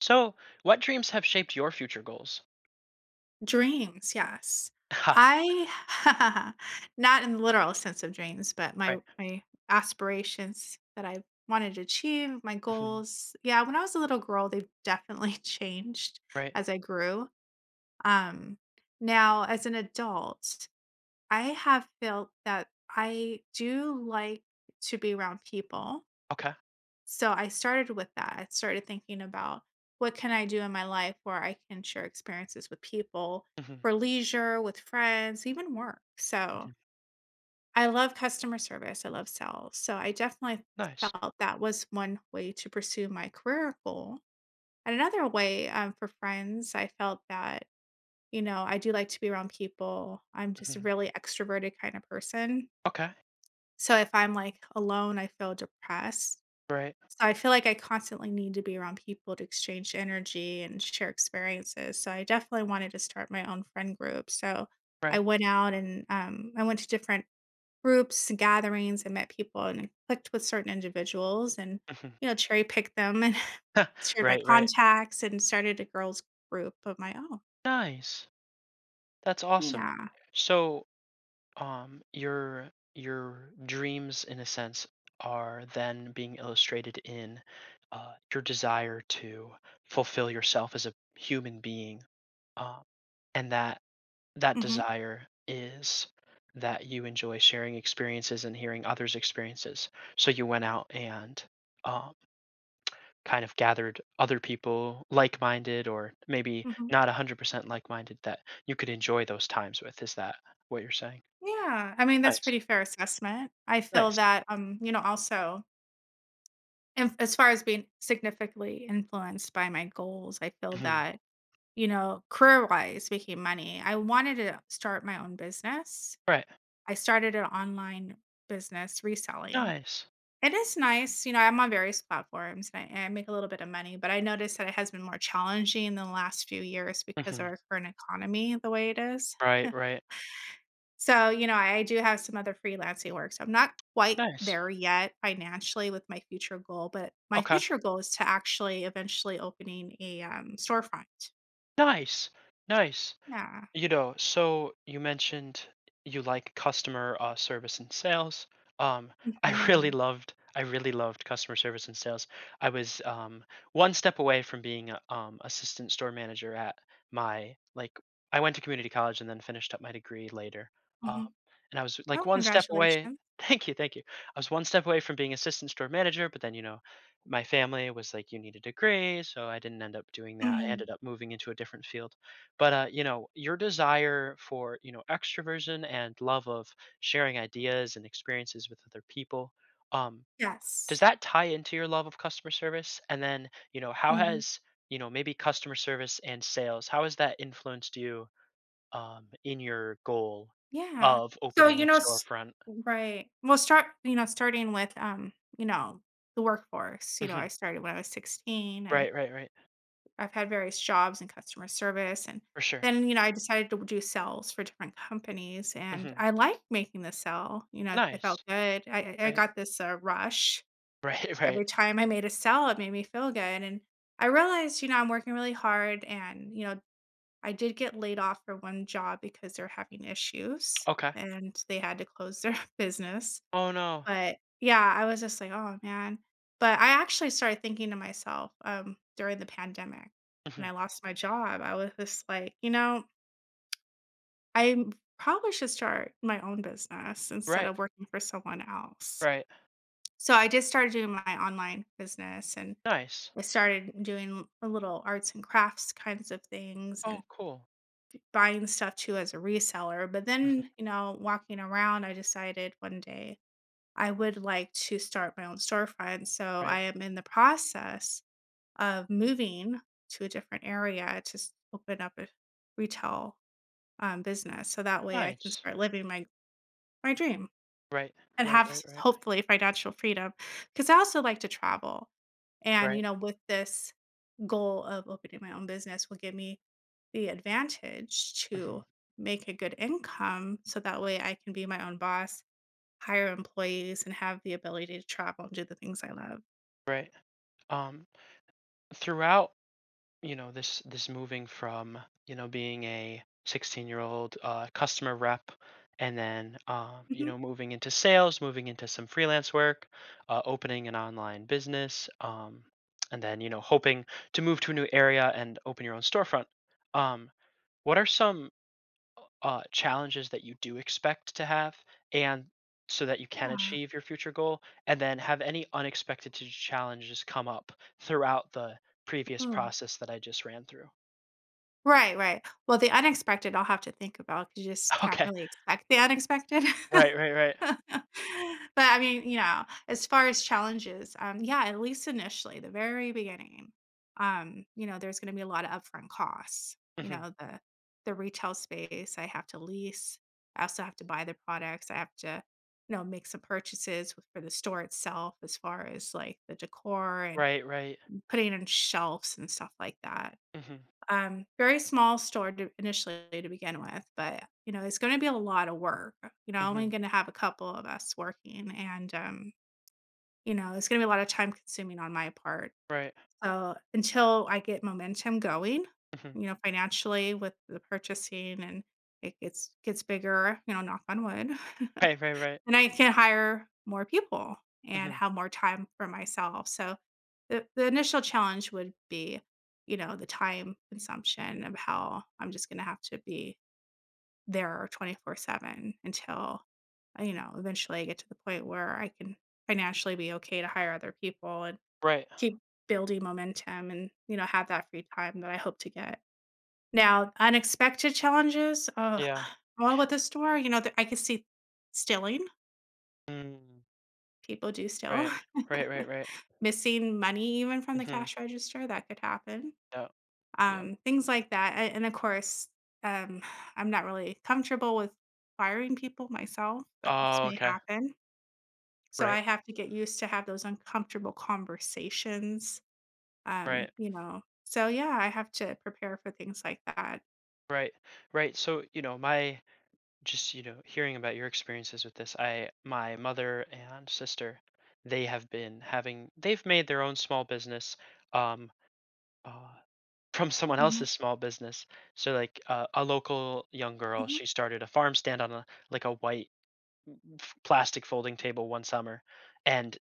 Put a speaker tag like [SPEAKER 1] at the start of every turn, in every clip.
[SPEAKER 1] So, what dreams have shaped your future goals?
[SPEAKER 2] Dreams, yes.
[SPEAKER 1] Ha.
[SPEAKER 2] I not in the literal sense of dreams, but my
[SPEAKER 1] Right.
[SPEAKER 2] my aspirations that I wanted to achieve, my
[SPEAKER 1] Mhm.
[SPEAKER 2] goals. Yeah, when I was a little girl, they've definitely changed
[SPEAKER 1] Right.
[SPEAKER 2] as I grew. Um, Now as an adult, I have felt that I do like to be around people.
[SPEAKER 1] Okay.
[SPEAKER 2] So I started with that. I started thinking about what can I do in my life where I can share experiences with people
[SPEAKER 1] Hmm.
[SPEAKER 2] for leisure, with friends, even work. So
[SPEAKER 1] Hmm.
[SPEAKER 2] I love customer service. I love sales. So I definitely
[SPEAKER 1] Nice.
[SPEAKER 2] felt that was one way to pursue my career goal. And another way for friends, I felt that, I do like to be around people. I'm just a
[SPEAKER 1] Hmm.
[SPEAKER 2] really extroverted kind of person.
[SPEAKER 1] Okay.
[SPEAKER 2] So if I'm like alone, I feel depressed.
[SPEAKER 1] Right.
[SPEAKER 2] So I feel like I constantly need to be around people to exchange energy and share experiences. So I definitely wanted to start my own friend group. So I
[SPEAKER 1] Right.
[SPEAKER 2] went out and I went to different groups and gatherings and met people and clicked with certain individuals and
[SPEAKER 1] Hmm.
[SPEAKER 2] cherry picked them and shared my
[SPEAKER 1] Right. Right.
[SPEAKER 2] contacts and started a girls group of my own.
[SPEAKER 1] Nice. That's awesome.
[SPEAKER 2] Yeah.
[SPEAKER 1] So, your dreams, in a sense, are then being illustrated in your desire to fulfill yourself as a human being, um, and that
[SPEAKER 2] Hmm.
[SPEAKER 1] desire is that you enjoy sharing experiences and hearing others' experiences. So you went out and um, kind of gathered other people like minded, or maybe
[SPEAKER 2] Hmm.
[SPEAKER 1] not 100% like minded, that you could enjoy those times with. Is that what you're saying?
[SPEAKER 2] Yeah. I mean that's
[SPEAKER 1] Nice.
[SPEAKER 2] pretty fair assessment. I feel
[SPEAKER 1] Nice.
[SPEAKER 2] that also. And as far as being significantly influenced by my goals, I feel
[SPEAKER 1] Hmm.
[SPEAKER 2] that, career-wise, making money, I wanted to start my own business.
[SPEAKER 1] Right.
[SPEAKER 2] I started an online business reselling.
[SPEAKER 1] Nice.
[SPEAKER 2] It is nice, you know, I'm on various platforms and I make a little bit of money, but I noticed that it has been more challenging in the last few years because of
[SPEAKER 1] Hmm.
[SPEAKER 2] our current economy the way it is.
[SPEAKER 1] Right. Right.
[SPEAKER 2] So, you know, I do have some other freelancing work, so I'm not quite
[SPEAKER 1] Nice.
[SPEAKER 2] there yet financially with my future goal, but my
[SPEAKER 1] Okay.
[SPEAKER 2] future goal is to actually eventually opening a, storefront.
[SPEAKER 1] Nice. Nice.
[SPEAKER 2] Yeah.
[SPEAKER 1] You know, so you mentioned you like customer service and sales. Um,
[SPEAKER 2] Mhm.
[SPEAKER 1] I really loved customer service and sales. I was one step away from being a, assistant store manager at my like. I went to community college and then finished up my degree later. Um,
[SPEAKER 2] Mhm.
[SPEAKER 1] and I was like
[SPEAKER 2] Oh,
[SPEAKER 1] one step away.
[SPEAKER 2] congratulations.
[SPEAKER 1] Thank you, thank you. I was one step away from being assistant store manager, but then, you know, my family was like, "You need a degree," so I didn't end up doing that. I
[SPEAKER 2] Mhm.
[SPEAKER 1] ended up moving into a different field, but you know, your desire for, you know, extroversion and love of sharing ideas and experiences with other people, um, does
[SPEAKER 2] Yes.
[SPEAKER 1] that tie into your love of customer service? And then, you know, how
[SPEAKER 2] Mhm.
[SPEAKER 1] has, you know, maybe customer service and sales, how has that influenced you, in your goal
[SPEAKER 2] Yeah.
[SPEAKER 1] of
[SPEAKER 2] So,
[SPEAKER 1] opening
[SPEAKER 2] you
[SPEAKER 1] the
[SPEAKER 2] know s
[SPEAKER 1] storefront?
[SPEAKER 2] Right. Well, start you know, starting with, you know, the workforce, you know, I
[SPEAKER 1] Hmm.
[SPEAKER 2] started when I was 16, and
[SPEAKER 1] Right, right, right.
[SPEAKER 2] I've had various jobs in customer service, and
[SPEAKER 1] For sure.
[SPEAKER 2] then, you know, I decided to do sales for different companies, and
[SPEAKER 1] Hmm.
[SPEAKER 2] I liked making the sell. You know, it felt
[SPEAKER 1] Nice.
[SPEAKER 2] good. I
[SPEAKER 1] Right.
[SPEAKER 2] got this, rush.
[SPEAKER 1] Right, right.
[SPEAKER 2] Every time I made a sell, it made me feel good, and I realized, you know, I'm working really hard and, you know, I did get laid off for one job because they're having issues,
[SPEAKER 1] Okay.
[SPEAKER 2] and they had to close their business.
[SPEAKER 1] Oh no.
[SPEAKER 2] But, yeah, I was just like, "Oh, man." But I actually started thinking to myself, during the pandemic, when
[SPEAKER 1] Hmm.
[SPEAKER 2] I lost my job, I was just like, "You know, I probably should start my own business instead
[SPEAKER 1] Right,
[SPEAKER 2] of working for someone else."
[SPEAKER 1] right.
[SPEAKER 2] So I just started doing my online business, and
[SPEAKER 1] Nice.
[SPEAKER 2] I started doing a little arts and crafts kinds of things and
[SPEAKER 1] Oh, cool.
[SPEAKER 2] buying stuff too as a reseller, but then,
[SPEAKER 1] Hmm.
[SPEAKER 2] you know, walking around, I decided one day I would like to start my own storefront, so
[SPEAKER 1] Right.
[SPEAKER 2] I am in the process of moving to a different area to s open up a retail, business, so that way I can
[SPEAKER 1] Nice.
[SPEAKER 2] start living my dream
[SPEAKER 1] Right,
[SPEAKER 2] and
[SPEAKER 1] right,
[SPEAKER 2] have
[SPEAKER 1] right,
[SPEAKER 2] s
[SPEAKER 1] right,
[SPEAKER 2] hopefully financial freedom. Because I also like to travel, and, you
[SPEAKER 1] right,
[SPEAKER 2] know, with this goal of opening my own business will give me the advantage to
[SPEAKER 1] mhm,
[SPEAKER 2] make a good income so that way I can be my own boss, hire employees, and have the ability to travel and do the things I love.
[SPEAKER 1] right. Um, throughout, you know, this moving from, you know, being a 16-year-old customer rep, and then, you
[SPEAKER 2] Mhm,
[SPEAKER 1] know, moving into sales, moving into some freelance work, opening an online business, and then, you know, hoping to move to a new area and open your own storefront. Um, what are some challenges that you do expect to have, and so that you can
[SPEAKER 2] yeah.
[SPEAKER 1] achieve your future goal, and then have any unexpected challenges come up throughout the previous
[SPEAKER 2] Oh.
[SPEAKER 1] process that I just ran through.
[SPEAKER 2] Right, right. Well, the unexpected, I'll have to think about 'cause you just can't
[SPEAKER 1] Okay.
[SPEAKER 2] really expect the unexpected.
[SPEAKER 1] Right, right, right.
[SPEAKER 2] But, I mean, you know, as far as challenges, yeah, at least initially, the very beginning, you know, there's gonna be a lot of upfront costs. You
[SPEAKER 1] Hmm.
[SPEAKER 2] know, the retail space I have to lease. I also have to buy the products. I have to, you know, make some purchases with for the store itself as far as, like, the decor and
[SPEAKER 1] Right, right.
[SPEAKER 2] putting in shelves and stuff like that.
[SPEAKER 1] Hmm.
[SPEAKER 2] Very small store to initially to begin with, but, you know, it's gonna be a lot of work. You know, only
[SPEAKER 1] Hmm.
[SPEAKER 2] gonna have a couple of us working and, you know, it's gonna be a lot of time consuming on my part.
[SPEAKER 1] Right.
[SPEAKER 2] So, until I get momentum going,
[SPEAKER 1] Hmm.
[SPEAKER 2] you know, financially with the purchasing and it gets bigger, you know, knock on wood.
[SPEAKER 1] Right, right, right.
[SPEAKER 2] And I can hire more people and
[SPEAKER 1] Hmm.
[SPEAKER 2] have more time for myself. So the initial challenge would be, you know, the time consumption of how I'm just gonna have to be there 24/7 until, you know, eventually I get to the point where I can financially be okay to hire other people and
[SPEAKER 1] Right.
[SPEAKER 2] keep building momentum and, you know, have that free time that I hope to get. Now, unexpected challenges, ugh,
[SPEAKER 1] Yeah.
[SPEAKER 2] well, with the store, you know, that I could see stealing.
[SPEAKER 1] Mm.
[SPEAKER 2] People do still.
[SPEAKER 1] Right. Right, right, right.
[SPEAKER 2] Missing money even from the
[SPEAKER 1] Hmm.
[SPEAKER 2] cash register, that could happen.
[SPEAKER 1] Yeah. Yeah.
[SPEAKER 2] Things like that, a and of course, um, I'm not really comfortable with firing people myself, but this
[SPEAKER 1] Oh,
[SPEAKER 2] may
[SPEAKER 1] okay.
[SPEAKER 2] happen. So I
[SPEAKER 1] Right.
[SPEAKER 2] have to get used to have those uncomfortable conversations,
[SPEAKER 1] Right.
[SPEAKER 2] you know. So, yeah, I have to prepare for things like that.
[SPEAKER 1] Right. Right. So, you know, my, just, you know, hearing about your experiences with this I my mother and sister, they have been having, they've made their own small business, um, uh, from someone
[SPEAKER 2] Mhm,
[SPEAKER 1] else's small business. So, like, a local young girl,
[SPEAKER 2] mhm,
[SPEAKER 1] she started a farm stand on a, like, a white plastic folding table one summer, and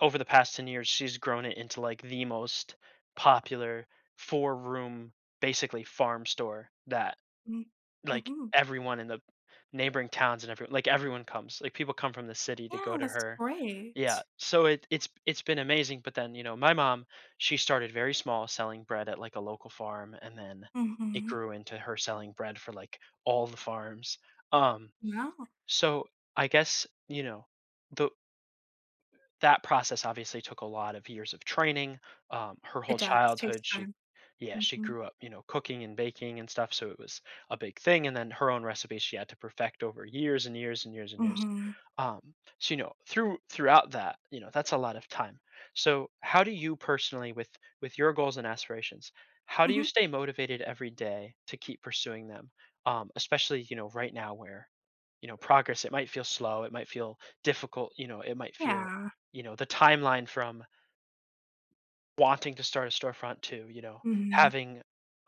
[SPEAKER 1] over the past 10 years she's grown it into like the most popular four room basically farm store, that
[SPEAKER 2] mhm,
[SPEAKER 1] like
[SPEAKER 2] mhm.
[SPEAKER 1] everyone in the neighboring towns, and everyone, like, everyone comes, like, people come from the city to go
[SPEAKER 2] Yeah,
[SPEAKER 1] to
[SPEAKER 2] that's
[SPEAKER 1] her. Yeah,
[SPEAKER 2] great.
[SPEAKER 1] so it, it's been amazing. But then, you know, my mom, she started very small selling bread at like a local farm, and then it
[SPEAKER 2] Mhm.
[SPEAKER 1] grew into her selling bread for like all the farms, um,
[SPEAKER 2] No,
[SPEAKER 1] so I guess, you know, the that process obviously took a lot of years of training. Her
[SPEAKER 2] it
[SPEAKER 1] whole
[SPEAKER 2] does, takes
[SPEAKER 1] childhood, she,
[SPEAKER 2] time.
[SPEAKER 1] yeah, she
[SPEAKER 2] Mhm,
[SPEAKER 1] grew up, you know, cooking and baking and stuff. So it was a big thing. And then her own recipes, she had to perfect over years and years and years and years.
[SPEAKER 2] mhm,
[SPEAKER 1] So, you know, throughout that, you know, that's a lot of time. So how do you personally, with your goals and aspirations, how do you
[SPEAKER 2] mhm.
[SPEAKER 1] stay motivated every day to keep pursuing them? Especially, you know, right now, where, you know, progress, it might feel slow, it might feel difficult, you know, it might feel,
[SPEAKER 2] Yeah.
[SPEAKER 1] you know, the timeline from wanting to start a storefront to, you know,
[SPEAKER 2] Mhm.
[SPEAKER 1] having,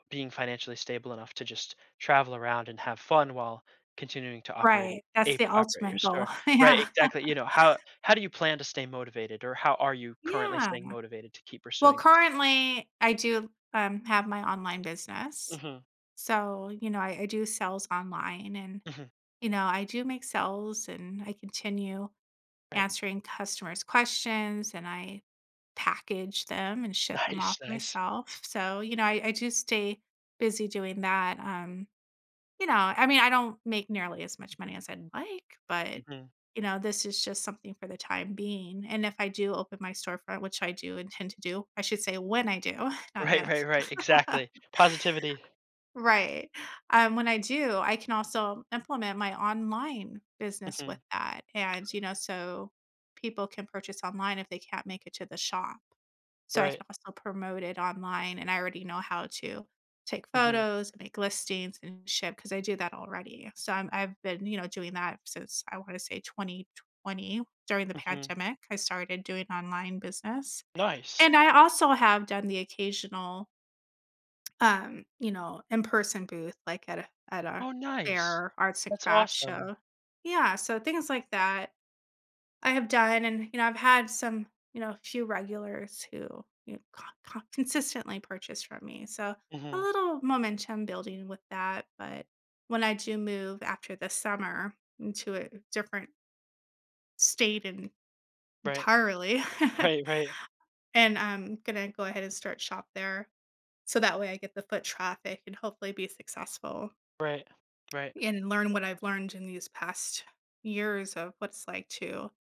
[SPEAKER 1] being financially stable enough to just travel around and have fun while continuing to operate it,
[SPEAKER 2] Right, that's the
[SPEAKER 1] operate your
[SPEAKER 2] ultimate goal.
[SPEAKER 1] store, right,
[SPEAKER 2] Yeah.
[SPEAKER 1] exactly. You know, how do you plan to stay motivated, or how are you currently staying
[SPEAKER 2] Yeah.
[SPEAKER 1] motivated to keep
[SPEAKER 2] Well,
[SPEAKER 1] pursuing those
[SPEAKER 2] currently, I do, have my online business.
[SPEAKER 1] things? Hmm.
[SPEAKER 2] So, you know, I do sales online and,
[SPEAKER 1] Hmm.
[SPEAKER 2] you know, I do make sales and I continue
[SPEAKER 1] Right.
[SPEAKER 2] answering customers' questions and I package them and ship them off
[SPEAKER 1] Nice, nice.
[SPEAKER 2] myself. So, you know, I do stay busy doing that, you know, I mean, I don't make nearly as much money as I'd like, but,
[SPEAKER 1] Hmm.
[SPEAKER 2] you know, this is just something for the time being, and if I do open my storefront, which I do intend to do, I should say when I do, not
[SPEAKER 1] Right,
[SPEAKER 2] if.
[SPEAKER 1] right, right, exactly, positivity.
[SPEAKER 2] Right. When I do, I can also implement my online business
[SPEAKER 1] Hmm.
[SPEAKER 2] with that, and, you know, so people can purchase online if they can't make it to the shop. So I can
[SPEAKER 1] Right.
[SPEAKER 2] also promote it online, and I already know how to take
[SPEAKER 1] Hmm.
[SPEAKER 2] photos and make listings and ship because I do that already. I've been, you know, doing that since I wanna say 2020 during the
[SPEAKER 1] Hmm.
[SPEAKER 2] pandemic, I started doing online business.
[SPEAKER 1] Nice.
[SPEAKER 2] And I also have done the occasional, you know, in-person booth, like, at a
[SPEAKER 1] Oh, nice,
[SPEAKER 2] fair, arts and
[SPEAKER 1] that's
[SPEAKER 2] crafts
[SPEAKER 1] awesome.
[SPEAKER 2] show. Yeah, so things like that. I have done and, you know, I've had some, you know, few regulars who, you know, con con consistently purchase from me, so a
[SPEAKER 1] Hmm.
[SPEAKER 2] little momentum building with that, but when I do move after the summer into a different state en
[SPEAKER 1] Right,
[SPEAKER 2] entirely,
[SPEAKER 1] right, right.
[SPEAKER 2] and I'm gonna go ahead and start shop there, so that way I get the foot traffic and hopefully be successful
[SPEAKER 1] Right. Right.
[SPEAKER 2] and learn what I've learned in these past years of what it's like to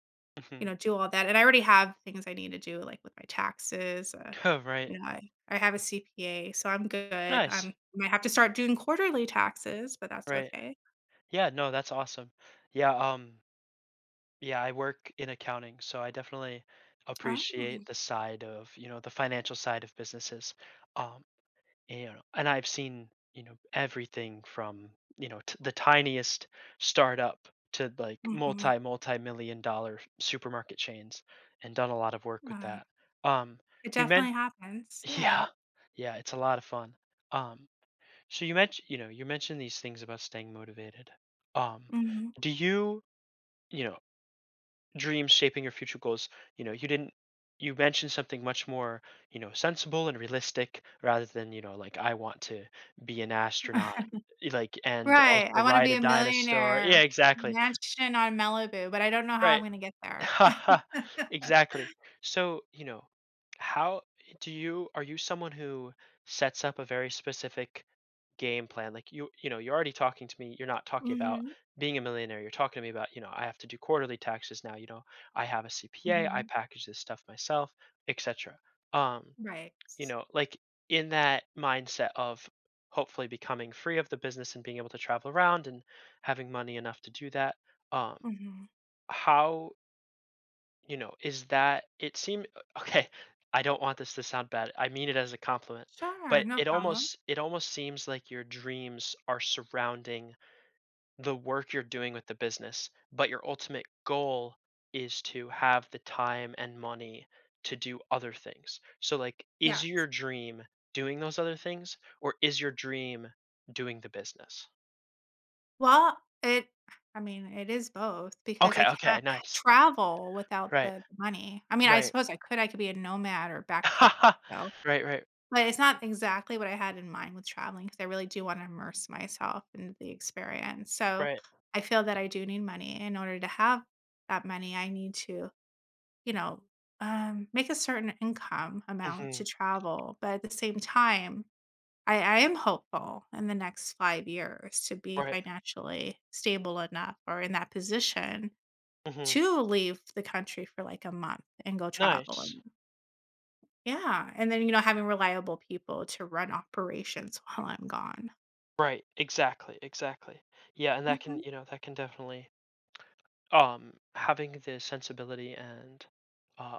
[SPEAKER 2] you
[SPEAKER 1] Mhm.
[SPEAKER 2] know, do all that, and I already have things I need to do, like, with my taxes,
[SPEAKER 1] Right.
[SPEAKER 2] you know, I have a CPA, so I'm good, I'm,
[SPEAKER 1] Nice.
[SPEAKER 2] I might have to start doing quarterly taxes, but that's
[SPEAKER 1] Right.
[SPEAKER 2] okay.
[SPEAKER 1] Yeah, no, that's awesome. Yeah, yeah, I work in accounting, so I definitely
[SPEAKER 2] Oh,
[SPEAKER 1] appreciate the side of, you know, the financial side of businesses. Um, and, you know, and I've seen, you know, everything from, you know, t the tiniest startup to like
[SPEAKER 2] mhm,
[SPEAKER 1] multi-million-dollar supermarket chains, and done a lot of work with that.
[SPEAKER 2] yeah,
[SPEAKER 1] Um,
[SPEAKER 2] it
[SPEAKER 1] you meant,
[SPEAKER 2] definitely happens, yeah,
[SPEAKER 1] yeah, yeah, it's a lot of fun. Um, So you mentioned, you know, you mentioned these things about staying motivated. Um,
[SPEAKER 2] mhm.
[SPEAKER 1] do you, you know, dreams shaping your future goals? You know, you didn't. You mentioned something much more, you know, sensible and realistic, rather than, you know, like, I want to be an astronaut, like, and also
[SPEAKER 2] Right, I wanna
[SPEAKER 1] ride
[SPEAKER 2] be
[SPEAKER 1] a
[SPEAKER 2] a
[SPEAKER 1] dinosaur. Yeah,
[SPEAKER 2] millionaire,
[SPEAKER 1] exactly.
[SPEAKER 2] mansion on Malibu, but I don't know how I'm
[SPEAKER 1] Right.
[SPEAKER 2] gonna get there.
[SPEAKER 1] Haha. Exactly. So, you know, how, do you, are you someone who sets up a very specific game plan? Like, you know, you're already talking to me, you're not talking about
[SPEAKER 2] Mhm,
[SPEAKER 1] being a millionaire. You're talking to me about, you know, I have to do quarterly taxes now, you know, I have a CPA, I
[SPEAKER 2] mhm,
[SPEAKER 1] package this stuff myself, etc. Um,
[SPEAKER 2] right,
[SPEAKER 1] you know, like, in that mindset of hopefully becoming free of the business and being able to travel around and having money enough to do that. Um,
[SPEAKER 2] mhm.
[SPEAKER 1] how, you know, is that, it seem, okay, I don't want this to sound bad, I mean it as a compliment,
[SPEAKER 2] Sure,
[SPEAKER 1] but
[SPEAKER 2] no
[SPEAKER 1] it
[SPEAKER 2] problem.
[SPEAKER 1] almost, it almost seems like your dreams are surrounding the work you're doing with the business, but your ultimate goal is to have the time and money to do other things. So, like, is
[SPEAKER 2] Yes.
[SPEAKER 1] your dream doing those other things, or is your dream doing the business?
[SPEAKER 2] Well, it I mean, it is both because I
[SPEAKER 1] Okay, okay,
[SPEAKER 2] can't
[SPEAKER 1] nice.
[SPEAKER 2] travel without
[SPEAKER 1] Right,
[SPEAKER 2] the money. I mean, I
[SPEAKER 1] right.
[SPEAKER 2] suppose I could be a nomad or backpack, you know,
[SPEAKER 1] Right, right,
[SPEAKER 2] but it's not exactly what I had in mind with traveling. Because I really do wanna immerse myself in the experience. So,
[SPEAKER 1] right.
[SPEAKER 2] I feel that I do need money. In order to have that money, I need to, you know, make a certain income amount to
[SPEAKER 1] Mhm,
[SPEAKER 2] travel, but at the same time I am hopeful in the next 5 years to be
[SPEAKER 1] right,
[SPEAKER 2] financially stable enough or in that position
[SPEAKER 1] mhm.
[SPEAKER 2] to leave the country for, like, a month and go
[SPEAKER 1] Nice.
[SPEAKER 2] traveling. Yeah, and then, you know, having reliable people to run operations while I'm gone.
[SPEAKER 1] Right, exactly, exactly. Yeah, and that can,
[SPEAKER 2] Mhm.
[SPEAKER 1] you know, that can definitely, um, having the sensibility and uh,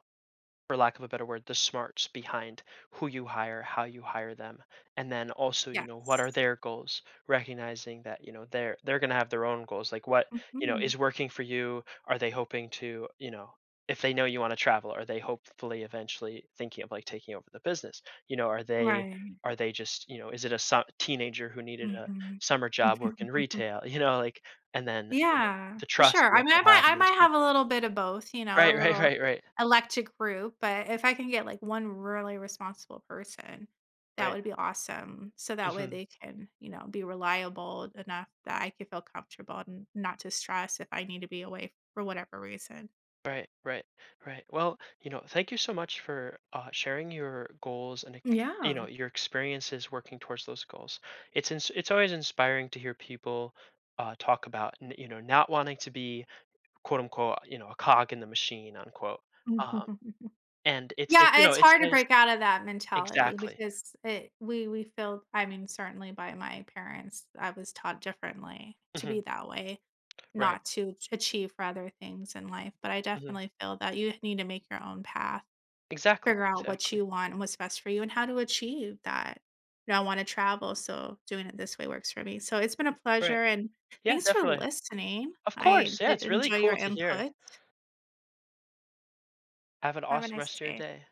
[SPEAKER 1] for lack of a better word, the smarts behind who you hire, how you hire them, and then also, you know, what are
[SPEAKER 2] Yes.
[SPEAKER 1] their goals? Recognizing that, you know, they're going to have their own goals. Like, what, you know,
[SPEAKER 2] Mhm.
[SPEAKER 1] is working for you? Are they hoping to, you know, if they know you want to travel, are they hopefully eventually thinking of like taking over the business? You know, are they,
[SPEAKER 2] Right.
[SPEAKER 1] are they just, you know, is it a teenager who needed a
[SPEAKER 2] Mhm.
[SPEAKER 1] summer job working retail? You know, like, and then, you know,
[SPEAKER 2] Yeah,
[SPEAKER 1] the
[SPEAKER 2] for
[SPEAKER 1] trust
[SPEAKER 2] sure.
[SPEAKER 1] you
[SPEAKER 2] I
[SPEAKER 1] have
[SPEAKER 2] mean,
[SPEAKER 1] to have
[SPEAKER 2] I
[SPEAKER 1] in those
[SPEAKER 2] might have a
[SPEAKER 1] people.
[SPEAKER 2] little bit of both, you know,
[SPEAKER 1] Right,
[SPEAKER 2] a
[SPEAKER 1] right,
[SPEAKER 2] little
[SPEAKER 1] right, right.
[SPEAKER 2] electric group, but if I can get, like, one really responsible person, that
[SPEAKER 1] Right.
[SPEAKER 2] would be awesome. So that way
[SPEAKER 1] Mhm.
[SPEAKER 2] they can, you know, be reliable enough that I can feel comfortable and not to stress if I need to be away for whatever reason.
[SPEAKER 1] Right, right, right. Well, you know, thank you so much for sharing your goals and you
[SPEAKER 2] Yeah.
[SPEAKER 1] know, your experiences working towards those goals. It's always inspiring to hear people talk about you know, not wanting to be quote unquote, you know, a cog in the machine, unquote. Um, and it's you
[SPEAKER 2] Yeah,
[SPEAKER 1] know,
[SPEAKER 2] it's
[SPEAKER 1] it's
[SPEAKER 2] hard to
[SPEAKER 1] nice.
[SPEAKER 2] break out of that mentality
[SPEAKER 1] Exactly.
[SPEAKER 2] because it we feel I mean, certainly by my parents, I was taught differently to
[SPEAKER 1] Hmm.
[SPEAKER 2] be that way.
[SPEAKER 1] Right.
[SPEAKER 2] Not to ch achieve for other things in life, but I
[SPEAKER 1] Hmm.
[SPEAKER 2] definitely feel that you need to make your own path,
[SPEAKER 1] Exactly,
[SPEAKER 2] figure out what
[SPEAKER 1] exactly,
[SPEAKER 2] you want and what's best for you and how to achieve that. You know, I wanna travel, so doing it this way works for me. So it's been a
[SPEAKER 1] right.
[SPEAKER 2] pleasure, and
[SPEAKER 1] Yeah,
[SPEAKER 2] thanks for
[SPEAKER 1] definitely.
[SPEAKER 2] listening.
[SPEAKER 1] Of
[SPEAKER 2] I
[SPEAKER 1] course, yeah,
[SPEAKER 2] did
[SPEAKER 1] it's really
[SPEAKER 2] enjoy your
[SPEAKER 1] cool to hear.
[SPEAKER 2] input.
[SPEAKER 1] Have an
[SPEAKER 2] Have a
[SPEAKER 1] awesome
[SPEAKER 2] nice
[SPEAKER 1] rest of your
[SPEAKER 2] day.
[SPEAKER 1] day.